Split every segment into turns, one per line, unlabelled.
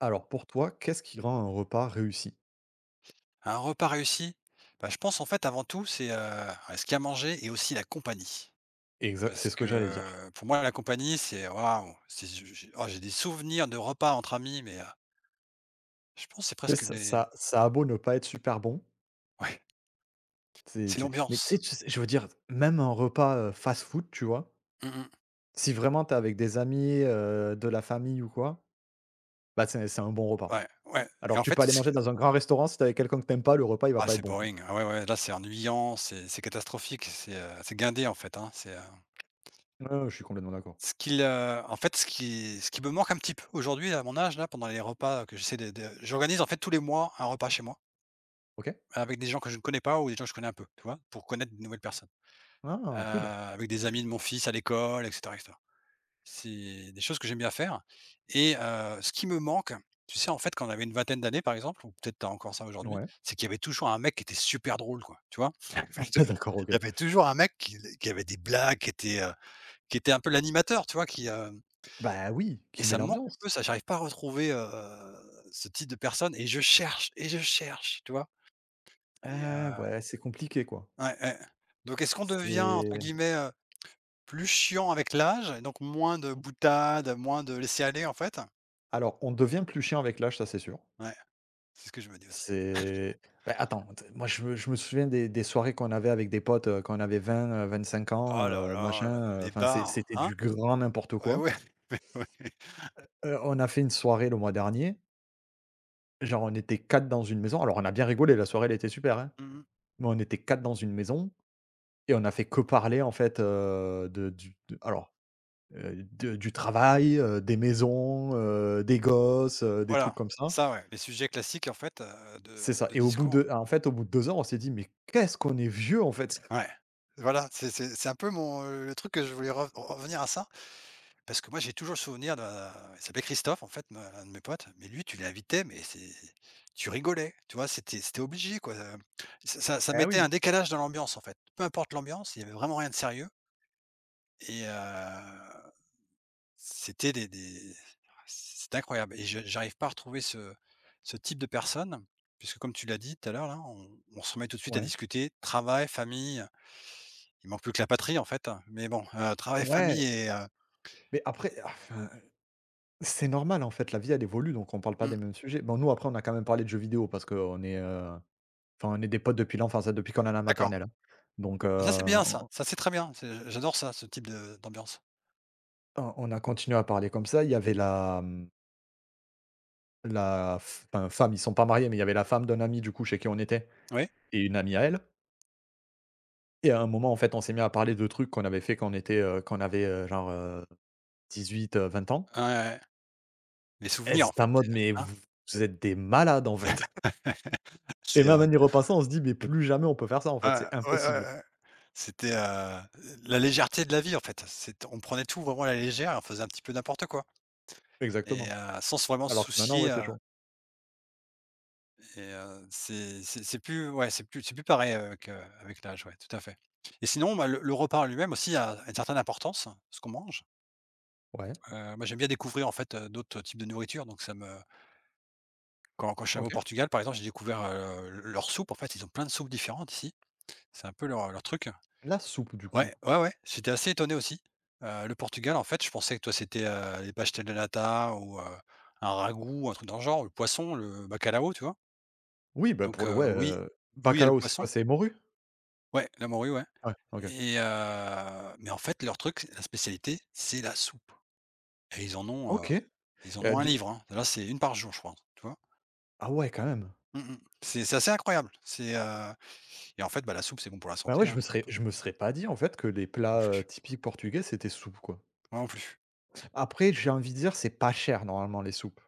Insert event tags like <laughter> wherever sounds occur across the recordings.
Alors pour toi, qu'est-ce qui rend un repas réussi?
Un repas réussi? Bah, je pense, en fait, avant tout, c'est, ce qu'il y a à manger et aussi la compagnie.
Exact, c'est
Parce
ce que
que,
j'allais dire.
pour moi, la compagnie, c'est waouh, c'est j'ai des souvenirs de repas entre amis, mais je pense que c'est
Tu
presque
sais, ça
des
ça ça a beau ne pas être super bon,
<laughs> ouais,
c'est
c'est
c'est mais tu sais,
l'ambiance.
tu sais je veux dire, même un repas, fast-food, tu vois?
Mmh mh.
Si vraiment t'es avec des amis, de la famille ou quoi, bah, c'est un bon repas.
Ouais, ouais et
Alors que
en
tu peux
fait,
aller
c'est
manger dans un grand restaurant, si t'es avec quelqu'un que t'aimes pas, le repas, il va
ah,
pas être
c'est
bon, quoi.
boring. Ah ouais, ouais, là, c'est ennuyant, c'est catastrophique, c'est guindé, en fait, hein.
Ouais, ouais, je suis complètement d'accord.
En fait, ce qui me manque un petit peu aujourd'hui, à mon âge, là, pendant les repas que j'essaie de j'organise, en fait, tous les mois un repas chez moi.
OK.
Avec des gens que je ne connais pas ou des gens que je connais un peu, tu vois? Pour connaître de nouvelles personnes,
Ah cool.
avec des amis de mon fils à l'école et cetera et cetera. C'est des choses que j'aime bien faire et ce qui me manque, tu sais, en fait, quand on avait une vingtaine d'années, par exemple, ou peut-être t'as encore ça aujourd'hui,
Ouais.
c'est qu'il y avait toujours un mec qui était super drôle, quoi, tu vois?
<laughs>
<laughs>
D'accord, OK.
Il y avait toujours un mec qui avait des blagues, qui était un peu l'animateur, tu vois? Qui, hem
Bah, oui,
et
qui met
ça me manque un
l'ambiance.
peu ça, j'arrive pas à retrouver, ce type de personne et je cherche, tu vois? Et
Ah
heu
ouais, c'est compliqué, quoi.
Ouais, ouais. Donc est-ce qu'on devient entre
C'est
guillemets, plus chiant avec l'âge et donc moins de boutade, moins de laisser aller en fait?
Alors, on devient plus chiant avec l'âge, ça c'est sûr.
Ouais, c'est ce que je me dis aussi.
C'est bah, attends, t moi je me souviens des soirées qu'on avait avec des potes, quand on avait 20, 25 ans,
Oh là là,
machin,
les
enfin c'est
bars,
c'était
hein?
du grand n'importe
Ouais,
quoi.
ouais, <laughs> ouais.
On a fait une soirée le mois dernier, genre on était 4 dans une maison, alors on a bien rigolé, la soirée elle était super, hein,
Mmh.
mais on était 4 dans une maison et on a fait que parler en fait, de du travail, des maisons, des gosses, des trucs
Voilà,
comme ça.
ça ouais, les sujets classiques en fait, de
C'est ça
de
et au bout
discours.
de en fait, au bout de 2 ans, on s'est dit: «Mais qu'est-ce qu'on est vieux, en fait!»
Ouais. Voilà, c'est un peu le truc que je voulais revenir à ça. Parce que moi, j'ai toujours le souvenir d'un il s'appelait Christophe, en fait, me l'un de mes potes, mais lui, tu l'invitais, mais c'est tu rigolais, tu vois? C'était obligé, quoi, ça
Eh
mettait
oui,
un décalage dans l'ambiance, en fait. Peu importe l'ambiance, il y avait vraiment rien de sérieux et c'était des c'était incroyable et je j'arrive pas à retrouver ce type de personne puisque comme tu l'as dit tout à l'heure, là, on se remet tout de suite à
ouais.
discuter travail, famille, il manque plus que la patrie, en fait, mais bon, travail,
Ouais,
famille et
mais après, enfin, c'est normal, en fait, la vie, elle évolue, donc on parle pas
mmh,
des mêmes sujets. Bon, nous, après, on a quand même parlé de jeux vidéo parce qu'on est, enfin, on est des potes depuis l'enfance, hein, depuis qu'on est à la
d'accord.
maternelle, hein, donc
Ah ça c'est bien ça,
on
ça c'est très bien, c'est j'adore ça, ce type de d'ambiance.
on a continué à parler comme ça. Il y avait la, mmh, la f enfin, femme, ils sont pas mariés, mais il y avait la femme d'un ami, du coup, chez qui on était
Oui?
et une amie à elle et à un moment, en fait, on s'est mis à parler de trucs qu'on avait fait quand on était, quand on avait, genre, 18, 20 ans.
Ouais, ouais, ouais. Les
Et
souvenirs en
c'est un
fait,
mode: «Mais
hein?
vous êtes des malades, en fait» <laughs> et
C'est,
même
heu,
en y repassant, on se dit: «Mais plus jamais on peut faire ça, en fait,
ah
c'est
ouais, ouais,
impossible».
ouais. C'était, la légèreté de la vie en fait. C'est on prenait tout vraiment à la légère et on faisait un petit peu n'importe quoi et
Exactement.
sans se vraiment se
Alors que maintenant, ouais,
soucier,
c'est chaud.
et c'est plus ouais, c'est plus pareil avec l'âge, ouais, tout à fait et sinon, bah, le repas en lui-même aussi a une certaine importance, ce qu'on mange.
Ouais,
Moi j'aime bien découvrir en fait, d'autres types de nourriture donc ça me Quand je suis allé au
OK.
Portugal, par exemple, j'ai découvert, le leur soupe. En fait, ils ont plein de soupes différentes ici. C'est un peu leur truc.
La soupe, du coup?
Ouais, ouais, ouais, j'étais assez étonné aussi. Le Portugal, en fait, je pensais que, toi, c'était, les pastel de nata ou, un ragoût, un truc dans le genre, le poisson, le bacalao, tu vois?
Oui, bah,
Donc,
pour le ouais,
oui, oui, il y a le
bacalao, c'est quoi?
poisson.
C'est morue?
Ouais, la morue, ouais
Ouais, OK.
et mais en fait, leur truc, la spécialité, c'est la soupe et ils en ont, heu,
OK,
ils en ont un
du
livre, hein. Là, c'est une par jour, je crois, tu vois?
ah ouais, quand même.
Mmh mh. C'est assez incroyable. Et en fait, bah, la soupe, c'est bon pour la
Bah,
santé,
ouais, je
hein.
me serais je me serais pas dit, en fait, que les
Non
plats,
plus.
typiques portugais, c'était soupe, quoi.
Moi non plus.
Après, j'ai envie de dire, c'est pas cher, normalement, les soupes.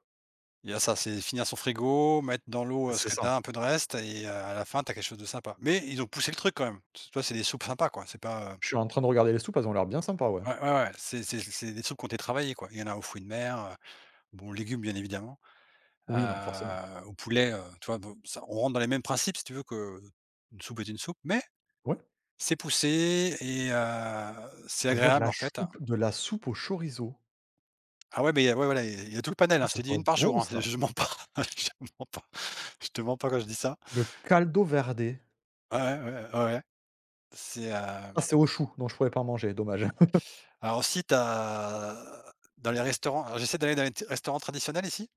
Il y a ça, c'est finir son frigo, mettre dans l'eau, ce
C'est
que
ça.
t'as un peu de reste et à la fin, t'as quelque chose de sympa. Mais ils ont poussé le truc quand même. Tu vois, c'est des soupes sympas, quoi. C'est pas,
Je suis en train de regarder les soupes, elles ont l'air bien sympas, ouais.
ouais, ouais, ouais, c'est des soupes qui ont été travaillées, quoi. Il y en a aux fruits de mer, bon, aux légumes, bien évidemment,
Oui, non, forcément.
au poulet, tu vois? Bon, ça on rentre dans les mêmes principes, si tu veux, que une soupe est une soupe, mais
Ouais.
c'est poussé et c'est
Je vois de
agréable,
la
en fait.
soupe au chorizo.
Ah ouais, mais ouais, voilà, il y a ouais, voilà, il y a tout le panel,
Ah,
hein. Je
ça
t'ai dit
doit
une
être
par
bon
jour, hein, <laughs>
ça.
je mens pas, <laughs> je mens pas. Je te mens pas quand je dis ça.
Le caldo verde.
Ouais, ouais, ouais, ouais, ouais. C'est,
Ah,
hem,
c'est au chou, donc je pouvais pas manger, dommage. <laughs>
alors aussi t'as dans les restaurants alors j'essaie d'aller dans les t restaurants traditionnels ici,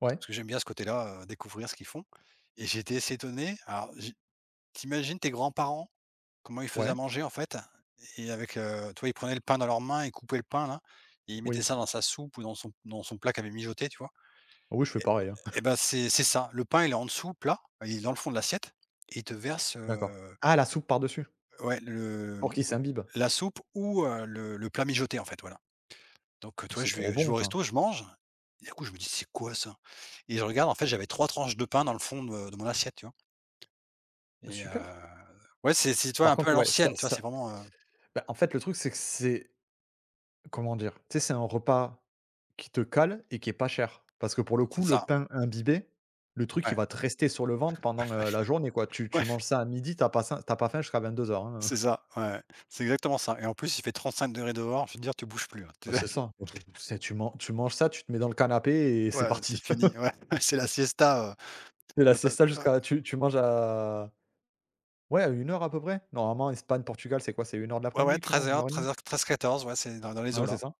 Ouais,
parce que j'aime bien ce côté-là, découvrir ce qu'ils font et j'étais assez étonné. Alors j'ai tu tes grands-parents, comment ils faisaient à
ouais,
manger en fait et avec, tu ils prenaient le pain dans leurs mains, et coupaient le pain là et ils mettaient
oui.
ça dans sa soupe ou dans son plat qu'avait mijoté, tu vois?
Ah oui, je fais pareil, hein.
Et ben, c'est ça, le pain il est en dessous, plat, il est dans le fond de l'assiette et ils te versent,
D'accord. Ah, la soupe par-dessus,
ouais, le
pour qu'il s'imbibe.
La soupe ou le plat mijoté, en fait, voilà. Donc, tu vois,
C'est
je
trop
vais je vais
bon
au
ça.
resto, je mange et du coup je me dis: «C'est quoi ça?» et je regarde, en fait, j'avais 3 tranches de pain dans le fond de mon assiette, tu vois? Et
Super.
ouais, c'est, tu vois,
Par
un peu à
contre, ouais, ça
l'ancienne, tu vois?
ça
C'est vraiment,
bah, en fait, le truc, c'est que c'est comment dire? Tu sais, c'est un repas qui te cale et qui est pas cher. Parce que pour le coup,
c'est
le
ça.
pain imbibé, le truc, il
Ouais,
va te rester sur le ventre pendant, la journée, quoi. Tu
ouais, <laughs>
manges ça à midi, t'as pas ça tu pas faim jusqu'à 22:00, hein.
c'est ça, ouais, ouais. C'est exactement ça et en plus, il fait 35 degrés dehors, je veux dire, tu bouges plus, hein. <laughs>
Bah, c'est ça. <laughs> C'est tu manges ça, tu te mets dans le canapé et c'est
ouais,
parti.
c'est fini, ouais, <laughs> c'est la siesta,
<laughs> C'est la siesta jusqu'à tu manges à, ouais, à une heure à peu près. Normalement, Espagne, Portugal, c'est quoi? C'est une heure de
ouais, ouais,
l'après-midi que tu
treize
manges?
heures treize
1:30?
heures, treize quatorze ouais, c'est dans les
Ouais, c'est
eaux-là.
ça.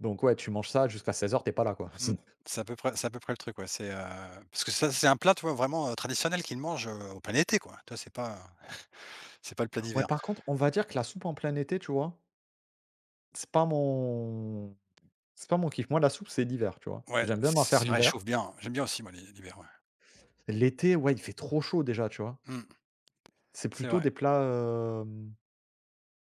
Donc ouais, tu manges ça jusqu'à seize heures t'es pas là, quoi. <laughs>
Mmh.
C'est
C'est à peu près le truc, ouais. Parce que ça, c'est un plat, tu vois, vraiment, traditionnel qu'ils mangent, en plein été, quoi. Tu vois, c'est pas le plat
ouais,
d'hiver.
par contre, on va dire que la soupe en plein été, tu vois? C'est pas mon c'est pas mon kiff. Moi, la soupe, c'est l'hiver, tu vois?
Ouais,
J'aime bien m'en faire
ça réchauffe
l'hiver.
bien. J'aime bien aussi moi l'hiver, ouais.
L'été, ouais, il fait trop chaud déjà, tu vois?
Mmh.
C'est
C'est
plutôt
vrai.
des plats, hem,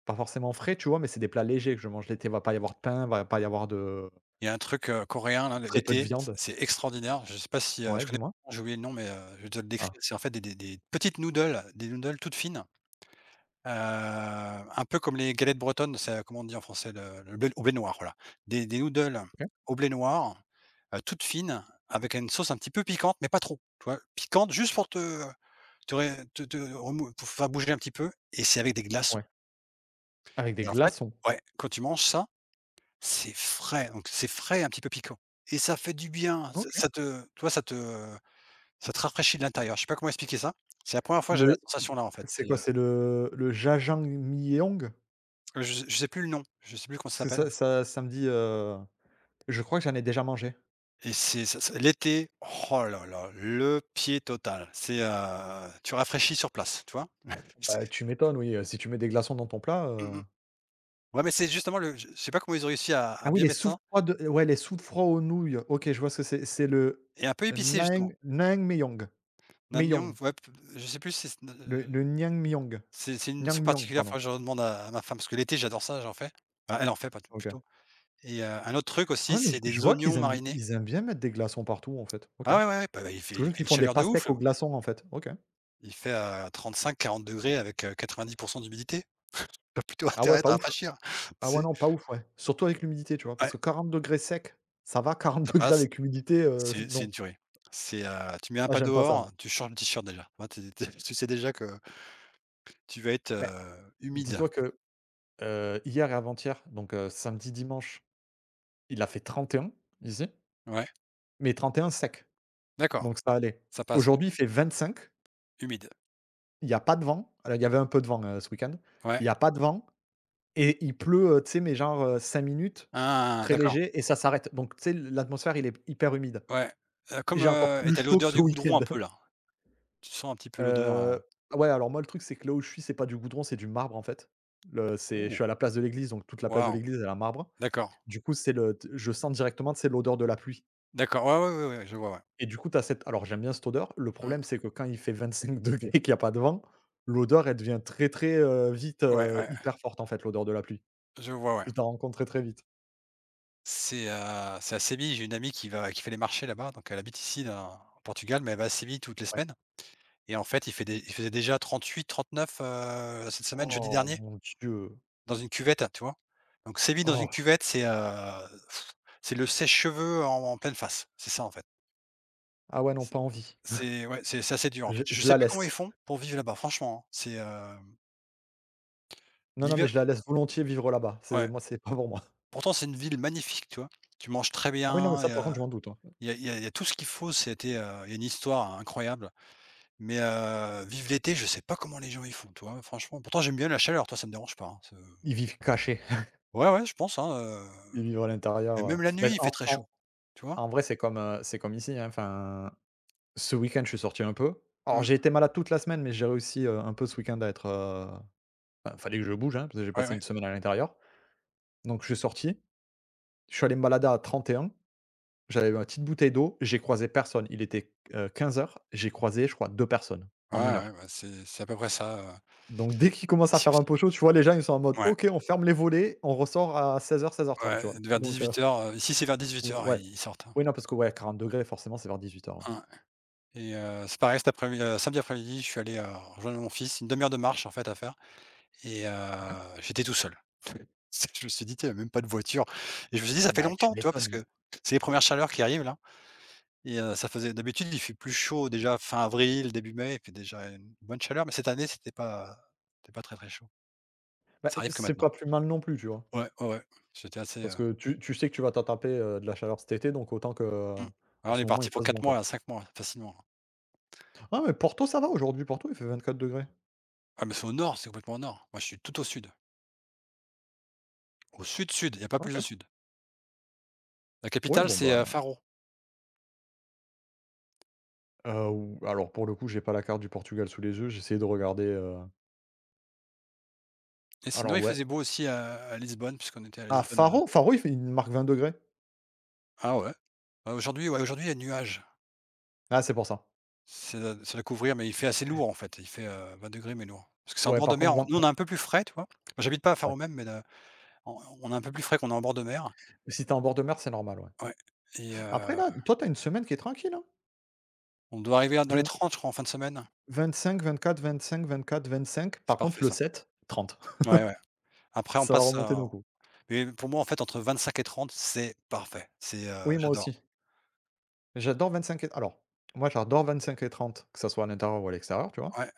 pas forcément frais, tu vois? Mais c'est des plats légers que je mange l'été. Va pas y avoir de pain, va pas y avoir de.
Il y a un truc, coréen là,
Très peu de
l'été,
viande.
c'est extraordinaire. Je sais pas si,
Ouais,
je connais
dis-moi?
j'ai oublié le nom, mais je vais te le
Ah,
décrire. C'est en fait des petites noodles, des noodles toutes fines un peu comme les galettes bretonnes, c'est comment on dit en français? Le blé au blé noir, voilà. Des noodles
OK.
au blé noir, toutes fines, avec une sauce un petit peu piquante, mais pas trop, tu vois? Piquante juste pour te te ré te te remou pour faire bouger un petit peu et c'est avec des glaçons
Ouais. Avec des
et en fait
glaçons.
ouais, quand tu manges ça, c'est frais, donc c'est frais et un petit peu piquant et ça fait du bien, ça
OK.
ça te tu vois? Ça te rafraîchit de l'intérieur. Je sais pas comment expliquer ça. C'est la première fois que j'ai la
Le
sensation là, en fait.
C'est
C'est,
quoi? C'est le jajangmyeon?
je sais plus le nom, je sais plus comment ça
Parce que
s'appelle.
ça me dit, je crois que j'en ai déjà mangé.
Et c'est ça ça l'été, oh là là, le pied total. Tu rafraîchis sur place, tu vois? <laughs> C'est
Bah, tu m'étonnes, oui, si tu mets des glaçons dans ton plat,
mmh mh. Ouais, mais c'est justement le je sais pas comment ils ont réussi à
ah
à
oui,
bien
les
mettre
soupes
ça
froides, ouais, les soupes froides aux nouilles. OK, je vois ce que c'est. C'est le
et un peu épicé justement.
naengmyeon, Myeong.
Naengmyeon, ouais, p je sais plus si c'est
le
n
le naengmyeon,
c'est une soupe
naengmyeon,
particulière,
pardon.
faudrait que je demande à ma femme parce que l'été j'adore ça, j'en fais. Enfin, elle en fait pas t
OK.
plutôt et un autre truc
Ah
aussi,
ouais, mais
c'est
je
des
vois qu'ils
oignons
aiment b
marinés.
ils aiment bien mettre des glaçons partout, en fait. OK.
Ah ouais, ouais, ouais, bah, il fait
C'est
il
juste
fait
qu'ils
une
font des
chaleur de ouf.
pastèques au
Là.
glaçon, en fait. OK.
Il fait, 35 40 degrés avec, quatre 90 d'humidité. Tu as plutôt <laughs>
Ah ouais,
intérêt
pas
à
ouf.
rafraîchir, <laughs> tu
Ah ouais,
sais?
non, pas ouf, ouais. Surtout avec l'humidité, tu vois? Parce que 40 degrés sec, ça va, 40
Ça
<laughs> degrés
passe,
avec humidité,
c'est
non.
une tuerie. Tu mets un
Moi,
pas
j'aime pas ça, non.
dehors, tu changes le t-shirt déjà. Ouais, tu sais déjà que tu vas être,
Mais
humide.
dis-toi que, hier et avant-hier, donc samedi, dimanche, il a fait 31 ici,
Ouais,
mais 31 sec, donc
d'accord,
ça allait.
ça passe, ouais,
Aujourd'hui, il fait 25,
humide.
il y a pas de vent. Alors, il y avait un peu de vent, ce week-end.
Ouais.
Il y a pas de vent et il pleut, tu sais, mais genre, 5 minutes,
Ah,
très
d'accord,
léger et ça s'arrête. Donc tu sais, l'atmosphère, il est hyper humide.
ouais,
J'ai encore
et
plus
tu as
chaud que
l'odeur
ce
du goudron
week-end.
un peu là?
<laughs>
Tu sens un petit peu l'odeur?
Heu, ouais, alors moi, le truc, c'est que là où je suis, c'est pas du goudron, c'est du marbre, en fait. Le c'est Je
Ouh,
suis à la place de l'église, donc toute la place de
waouh,
l'église, elle a marbre.
d'accord,
Du coup, c'est le je sens directement, c'est l'odeur de la pluie
d'accord, ouais, ouais, ouais, ouais, je vois, ouais.
et du coup, t'as cette alors j'aime bien cette odeur. Le
Mmh,
problème, c'est que quand il fait 25 degrés et qu'il y a pas de vent, l'odeur, elle devient très, très, vite,
ouais, ouais,
hyper forte, en fait, l'odeur de la pluie.
je vois, ouais.
Tu t'en rends compte très, très vite.
C'est à Séville, j'ai une amie qui fait les marchés là-bas, donc elle habite ici dans au Portugal, mais elle va à Séville toutes les
Ouais.
semaines. Et en fait, il fait des il faisait déjà 38-39, cette semaine, jeudi
Oh
dernier,
mon Dieu!
dans une cuvette, tu vois? Donc sévit dans
Oh!
une cuvette, c'est le sèche-cheveux en pleine face. C'est ça, en fait.
Ah ouais, non,
C'est
pas envie.
c'est ouais, c'est assez dur, en
Je
fait. Je
je
sais
la
pas comment ils
laisse.
font pour vivre là-bas, franchement, hein. C'est,
Non, non, mais
l'hiver
je la laisse volontiers vivre là-bas. C'est
ouais.
moi, c'est pas pour moi.
Pourtant, c'est une ville magnifique, tu vois? Tu manges très
Ah oui, non, mais
bien,
ça,
il y
par contre, je
a
m'en doute, hein.
il y a il y a il y a tout ce qu'il faut, c'était, il y a une histoire incroyable. Mais, vivre l'été, je sais pas comment les gens y font, tu vois? Franchement, pourtant j'aime bien la chaleur, toi, ça me dérange pas, hein.
Ils vivent cachés,
Ouais, ouais, je pense, hein,
<laughs> ils vivent à
mais
l'intérieur,
même la
mais
nuit, il fait
en
très chaud,
en
tu vois?
en vrai, c'est comme ici, hein, enfin, ce week-end, je suis sorti un peu. Alors,
Mmh.
j'ai été malade toute la semaine, mais j'ai réussi, un peu ce week-end à être, enfin, fallait que je bouge, hein, parce que j'ai
Ouais,
passé
ouais.
une semaine à l'intérieur, donc je suis sorti, je suis allé me balader à 31, j'avais ma petite bouteille d'eau, j'ai croisé personne. Il était, heures. J'ai croisé, je crois, 2 personnes
Ouais,
en une
ouais,
heure,
bah, c'est à peu près ça,
donc dès qu'il commence à
ici
faire un
aussi.
peu chaud, tu vois, les gens, ils sont en mode:
Ouais,
«OK, on ferme les volets, on ressort à 16:00-16:30»,
ouais,
tu vois?
vers
Donc
18:00, ici, c'est vers 18:00,
ouais.
ils sortent, hein.
Oui, non, parce que, ouais, 40 degrés forcément, c'est vers 18:00, ouais.
Hein, ouais, et c'est pareil cet après midi samedi après-midi, je suis allé, rejoindre mon fils, une demi heure de marche, en fait, à faire et
OK.
j'étais tout seul. <laughs> Je me suis dit: il y a même pas de voiture» et je me suis dit: «Ça fait
Bah, tu
longtemps», tu vois? Parce que
m'étonnes.
c'est les premières chaleurs qui arrivent, là. Et ça faisait d'habitude, il fait plus chaud déjà fin avril, début mai, il fait déjà une bonne chaleur, mais cette année, c'était pas très, très chaud.
Bah,
Ça arrive que
c'est
maintenant.
pas plus mal non plus, tu vois?
Ouais, ouais, ouais, j'étais assez,
Parce que tu sais que tu vas t'en taper, de la chaleur cet été, donc autant que,
mmh. Ah,
en
on
ce
est
moment, il
parti pour
fasse bon,
4
quoi.
mois, là, 5 mois facilement.
Ah, mais Porto, ça va aujourd'hui, Porto, il fait 24 degrés.
Ah, mais c'est au nord, c'est complètement au nord. Moi, je suis tout au sud, sud, il y a pas plus au
OK.
sud. La
Oui,
capitale,
bon,
c'est,
bah,
Faro
ou alors, pour le coup, j'ai pas la carte du Portugal sous les yeux, j'ai essayé de regarder,
et sinon,
alors,
il
ouais.
faisait beau aussi à Lisbonne puisqu'on était à
Ah,
Lisbonne,
Faro, il marque 20°.
ah ouais, bah, aujourd'hui, ouais, aujourd'hui, il y a nuages.
Ah, c'est pour ça.
C'est de la couvrir, mais il fait assez lourd en fait. Il fait, degrés mais lourd. Parce que c'est en
Ouais,
bord
par
de
contre,
mer,
20,
nous on a un peu plus frais, tu vois? Moi, j'habite pas à
ouais.
Faron-Même, mais de on a un peu plus frais qu'on est en bord de mer.
Si t'es en bord de mer, c'est normal, ouais.
Ouais et
Après, là, toi, t'as une semaine qui est tranquille, hein?
on doit arriver à dans les 30 je crois en fin de semaine.
Vingt-cinq, vingt-quatre, vingt-cinq, vingt-quatre, vingt-cinq.
C'est
Par contre,
parfait
le
ça.
7, 30. <laughs>
Ouais, ouais. Après on
Ça va
passe
remonter
à
d'un coup.
mais pour moi en fait entre 25 et 30 c'est parfait. C'est,
Oui, moi
j'adore.
aussi. J'adore 25 et alors, moi, j'adore 25 et 30, que ça soit à l'intérieur ou à l'extérieur, tu vois?
Ouais,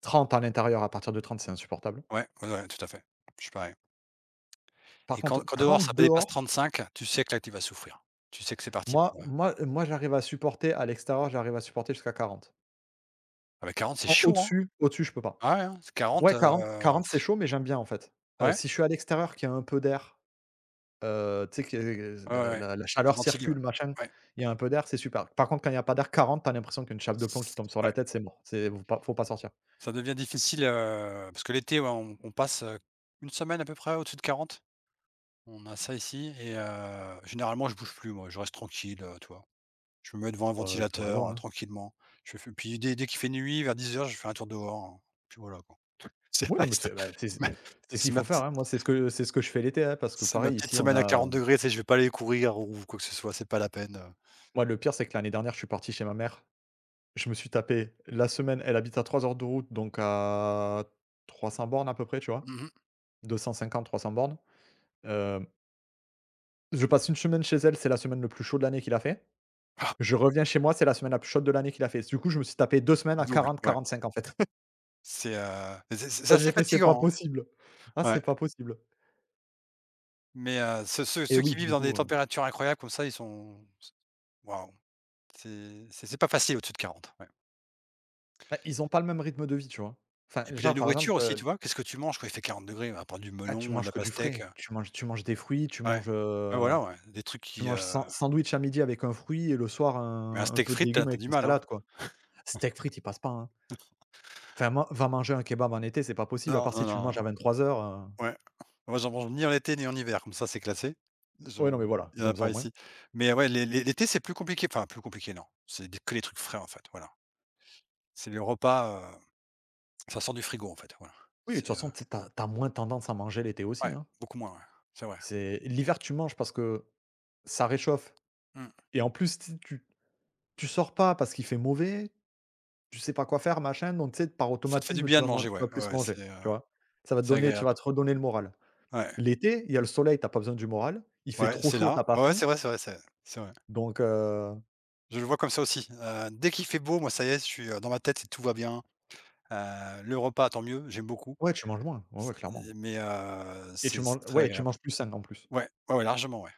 30 à l'intérieur, à partir de 30, c'est insupportable.
ouais, ouais, ouais, tout à fait. Je suis pareil
Par
et quand
contre,
quand dehors
30
ça dépasse
dehors,
35, tu sais que là tu vas souffrir. Tu sais que c'est parti
moi
pour,
moi moi, j'arrive à supporter à l'extérieur, j'arrive à supporter jusqu'à 40.
ah bah 40 c'est
En
chaud, hein?
au-dessus au-dessus, je peux pas.
Ah ouais, hein, c'est 40,
Ouais, 40, 40, c'est chaud, mais j'aime bien, en fait.
ouais.
Si je suis à l'extérieur, qu'il y a un peu d'air. Tu sais que
Ouais, ouais,
la
ouais.
la la
C'est
chaleur
Ventilly, ouais.
circule, machin,
Ouais.
il y a un peu d'air, c'est super. Par contre, quand il y a pas d'air, 40, t'as l'impression qu'une chape de plomb qui tombe sur la
Ouais.
tête, c'est mort. C'est Faut pas sortir.
Ça devient difficile, parce que l'été, ouais, on passe, 1 semaine à peu près au-dessus de 40. On a ça ici et généralement, je bouge plus moi, je reste tranquille, tu vois? Je me mets devant un
Tu
ventilateur,
raison, hein.
tranquillement. Je fais puis dès qu'il fait nuit, vers dix heures, je fais un tour dehors, hein. Puis voilà quoi. <laughs> C'est
Oui, non, mais
reste
c'est bah, c'est
c'est c'est
c'est
ma
c'est ce qu'il
c'est ma
faut faire,
petite
hein. Moi, c'est ce que je fais l'été, hein, parce que
c'est ma
pareil,
petite
ici, on
semaine à
a.
40°, tu sais? Je vais pas aller courir ou quoi que ce soit, c'est pas la peine.
Moi, le pire, c'est que l'année dernière, je suis parti chez ma mère. Je me suis tapé la semaine, elle habite à 3 heures de route, donc à 300 bornes à peu près, tu vois?
Mmh mh.
250, 300 bornes. Hem, je passe une semaine chez elle, c'est la semaine le plus chaud de l'année qu'il a fait. Je reviens chez moi, c'est la semaine la plus chaude de l'année qu'il a fait. Du coup, je me suis tapé 2 semaines à
Double,
quarante,
ouais.
quarante-cinq en fait. <laughs>
C'est, c'est c'est
J'ai
assez
fait: «C'est pas
fatigant,
possible. Ah,
hein.
c'est
Ouais.
pas possible».
Mais
Et
ceux qui
oui,
vivent
du
dans des
coup,
températures incroyables comme ça, ils sont waouh, c'est c'est pas facile au-dessus de 40, ouais.
bah, ils ont pas le même rythme de vie, tu vois? Enfin,
Et puis la
genre, par exemple,
nourriture aussi, tu vois? Qu'est-ce que tu manges quand il fait 40°? À part du
ah, tu
melon de
manges
la
que du
pastèque,
frais, tu manges des fruits, tu
ouais. Ouais,
manges.
ah, voilà, ouais, des trucs
Je
qui,
mange sandwich à midi avec un fruit et le soir
mais un
un
steak
peu de
frites, t'as
légumes
as
avec
du
une
mal, hein?
salade, quoi. Steak frites, il passe pas, hein. Enfin, man va manger un kebab en été, c'est pas possible, à
Non,
part si
non,
tu le manges à
non,
vingt trois heures.
ouais. Moi, j'en mange ni en été ni en hiver, comme ça, c'est classé. Je
Ouais, non, mais voilà,
il y en a
comme ça, au
pas
moins.
ici. Mais ouais, l'été, c'est plus compliqué, enfin plus compliqué, non, c'est des que les trucs frais, en fait, voilà. C'est les repas, ça sort du frigo, en fait, voilà.
Oui, de toute
C'est,
façon, tu as tu moins tendance à manger l'été aussi,
ouais,
hein.
beaucoup moins, ouais, c'est vrai.
C'est l'hiver, tu manges parce que ça réchauffe
Mmh.
et en plus, tu sors pas parce qu'il fait mauvais, tu sais pas quoi faire, machin, donc tu sais, par
Ça te fait du
automatisme,
bien de manger,
tu
ouais,
vas
ouais,
plus
ouais,
manger, tu vois? Ça va te
c'est
donner Tu
agréable.
vas te redonner le moral.
Ouais,
L'été, il y a le soleil, t'as pas besoin du moral, il fait
ouais,
trop
c'est
chaud,
là.
t'as pas
Ouais, ouais,
faim,
c'est vrai, c'est vrai, c'est vrai.
donc
Je le vois comme ça aussi. Dès qu'il fait beau, moi, ça y est, je suis, dans ma tête, c'est tout va bien. Le repas, tant mieux, j'aime beaucoup.
ouais, tu manges moins, ouais, ouais,
C
clairement
mais
et tu
c'est
manges,
très
ouais, tu
agréable.
manges plus sain, en plus.
Ouais, ouais, ouais, largement, ouais.